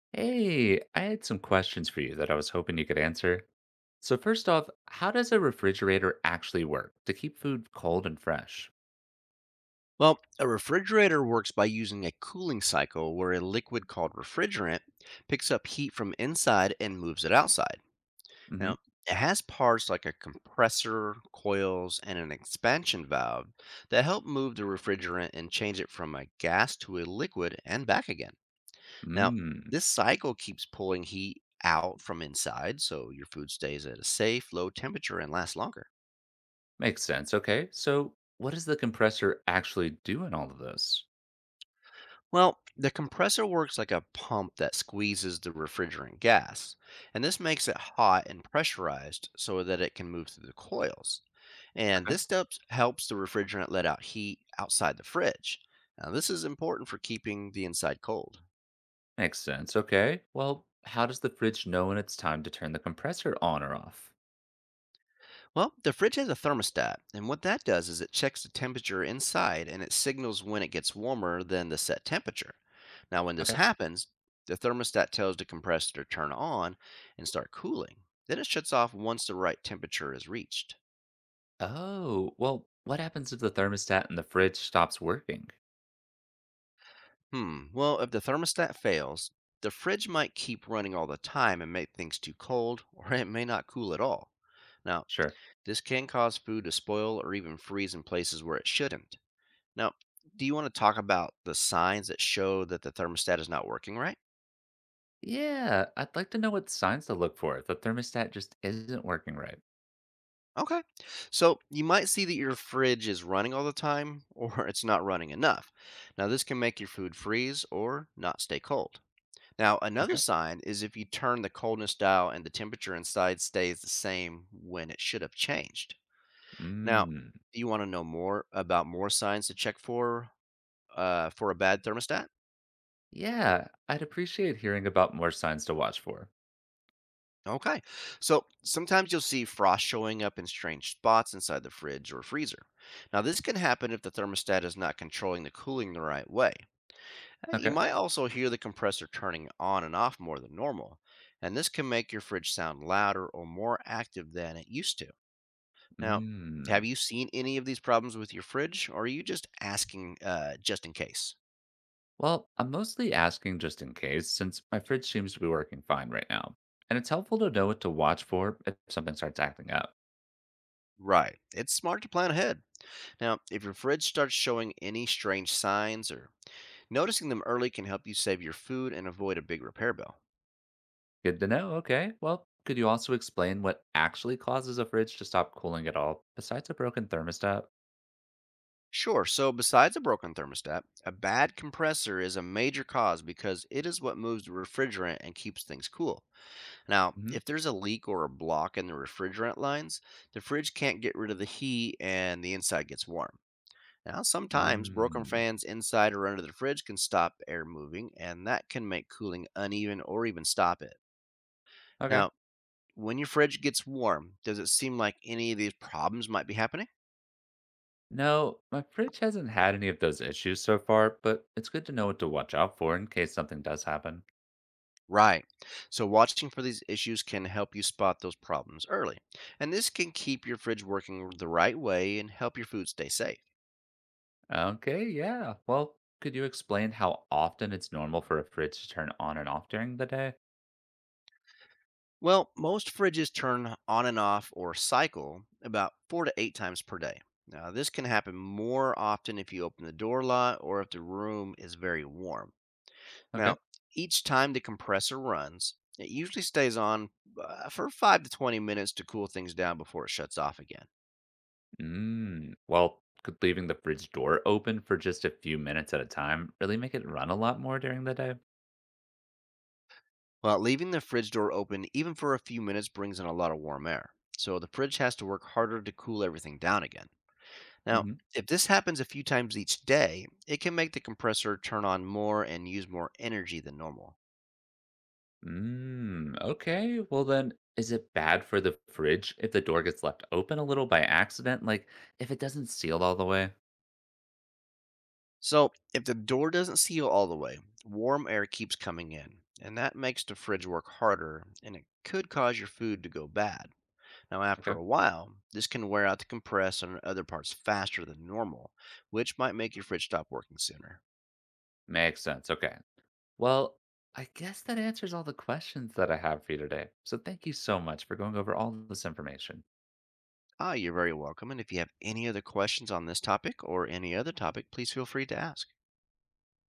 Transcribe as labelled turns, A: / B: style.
A: Hey, I had some questions for you that I was hoping you could answer. So, first off, how does a refrigerator actually work to keep food cold and fresh?
B: Well, a refrigerator works by using a cooling cycle where a liquid called refrigerant picks up heat from inside and moves it outside.
A: Mm-hmm.
B: Now, it has parts like a compressor, coils, and an expansion valve that help move the refrigerant and change it from a gas to a liquid and back again. Now,
A: Mm,
B: this cycle keeps pulling heat out from inside so your food stays at a safe, low temperature and lasts longer.
A: makes sense. Okay. So, what does the compressor actually do in all of this?
B: Well, the compressor works like a pump that squeezes the refrigerant gas, and this makes it hot and pressurized so that it can move through the coils. And
A: Okay.
B: this step helps the refrigerant let out heat outside the fridge. Now, this is important for keeping the inside cold.
A: Makes sense. Okay. Well, how does the fridge know when it's time to turn the compressor on or off?
B: Well, the fridge has a thermostat, and what that does is it checks the temperature inside and it signals when it gets warmer than the set temperature. Now, when this
A: Okay.
B: happens, the thermostat tells the compressor to turn on and start cooling. Then it shuts off once the right temperature is reached.
A: Oh, well, what happens if the thermostat in the fridge stops working?
B: Well, if the thermostat fails, the fridge might keep running all the time and make things too cold, or it may not cool at all. Now,
A: Sure.
B: this can cause food to spoil or even freeze in places where it shouldn't. Now, do you want to talk about the signs that show that the thermostat is not working right?
A: Yeah, I'd like to know what signs to look for if the thermostat just isn't working right.
B: Okay. So you might see that your fridge is running all the time or it's not running enough. Now, this can make your food freeze or not stay cold. Now, another
A: Okay.
B: sign is if you turn the coldness dial and the temperature inside stays the same when it should have changed. Now,
A: Mm.
B: do you want to know more about more signs to check for a bad thermostat?
A: Yeah, I'd appreciate hearing about more signs to watch for.
B: Okay. So sometimes you'll see frost showing up in strange spots inside the fridge or freezer. Now, this can happen if the thermostat is not controlling the cooling the right way. You
A: Okay.
B: might also hear the compressor turning on and off more than normal, and this can make your fridge sound louder or more active than it used to. Now,
A: Mm.
B: have you seen any of these problems with your fridge, or are you just asking just in case?
A: Well, I'm mostly asking just in case, since my fridge seems to be working fine right now. And it's helpful to know what to watch for if something starts acting up.
B: Right. It's smart to plan ahead. Now, if your fridge starts showing any strange signs or noticing them early can help you save your food and avoid a big repair bill.
A: Good to know. Okay. Well, could you also explain what actually causes a fridge to stop cooling at all, besides a broken thermostat?
B: Sure, so besides a broken thermostat, a bad compressor is a major cause because it is what moves the refrigerant and keeps things cool. Now,
A: Mm-hmm.
B: if there's a leak or a block in the refrigerant lines, the fridge can't get rid of the heat and the inside gets warm. Now, sometimes broken
A: Hmm. Mm.
B: fans inside or under the fridge can stop air moving, and that can make cooling uneven or even stop it.
A: Okay.
B: Now, when your fridge gets warm, does it seem like any of these problems might be happening?
A: No, my fridge hasn't had any of those issues so far, but it's good to know what to watch out for in case something does happen.
B: Right. So, watching for these issues can help you spot those problems early. And this can keep your fridge working the right way and help your food stay safe.
A: Okay, yeah. Well, could you explain how often it's normal for a fridge to turn on and off during the day?
B: Well, most fridges turn on and off or cycle about four to eight times per day. Now, this can happen more often if you open the door a lot or if the room is very warm.
A: Okay.
B: Now, each time the compressor runs, it usually stays on for 5 to 20 minutes to cool things down before it shuts off again.
A: Mm, well, could leaving the fridge door open for just a few minutes at a time really make it run a lot more during the day?
B: Well, leaving the fridge door open even for a few minutes brings in a lot of warm air, so the fridge has to work harder to cool everything down again. Now,
A: Hmm.
B: if this happens a few times each day, it can make the compressor turn on more and use more energy than normal.
A: Mm, okay. Well, then, is it bad for the fridge if the door gets left open a little by accident? Like, if it doesn't seal all the way?
B: So, if the door doesn't seal all the way, warm air keeps coming in, and that makes the fridge work harder, and it could cause your food to go bad. Now, after
A: Okay.
B: a while, this can wear out the compressor and other parts faster than normal, which might make your fridge stop working sooner.
A: Makes sense. Okay. Well, I guess that answers all the questions that I have for you today. So thank you so much for going over all this information.
B: Ah, you're very welcome. And if you have any other questions on this topic or any other topic, please feel free to ask.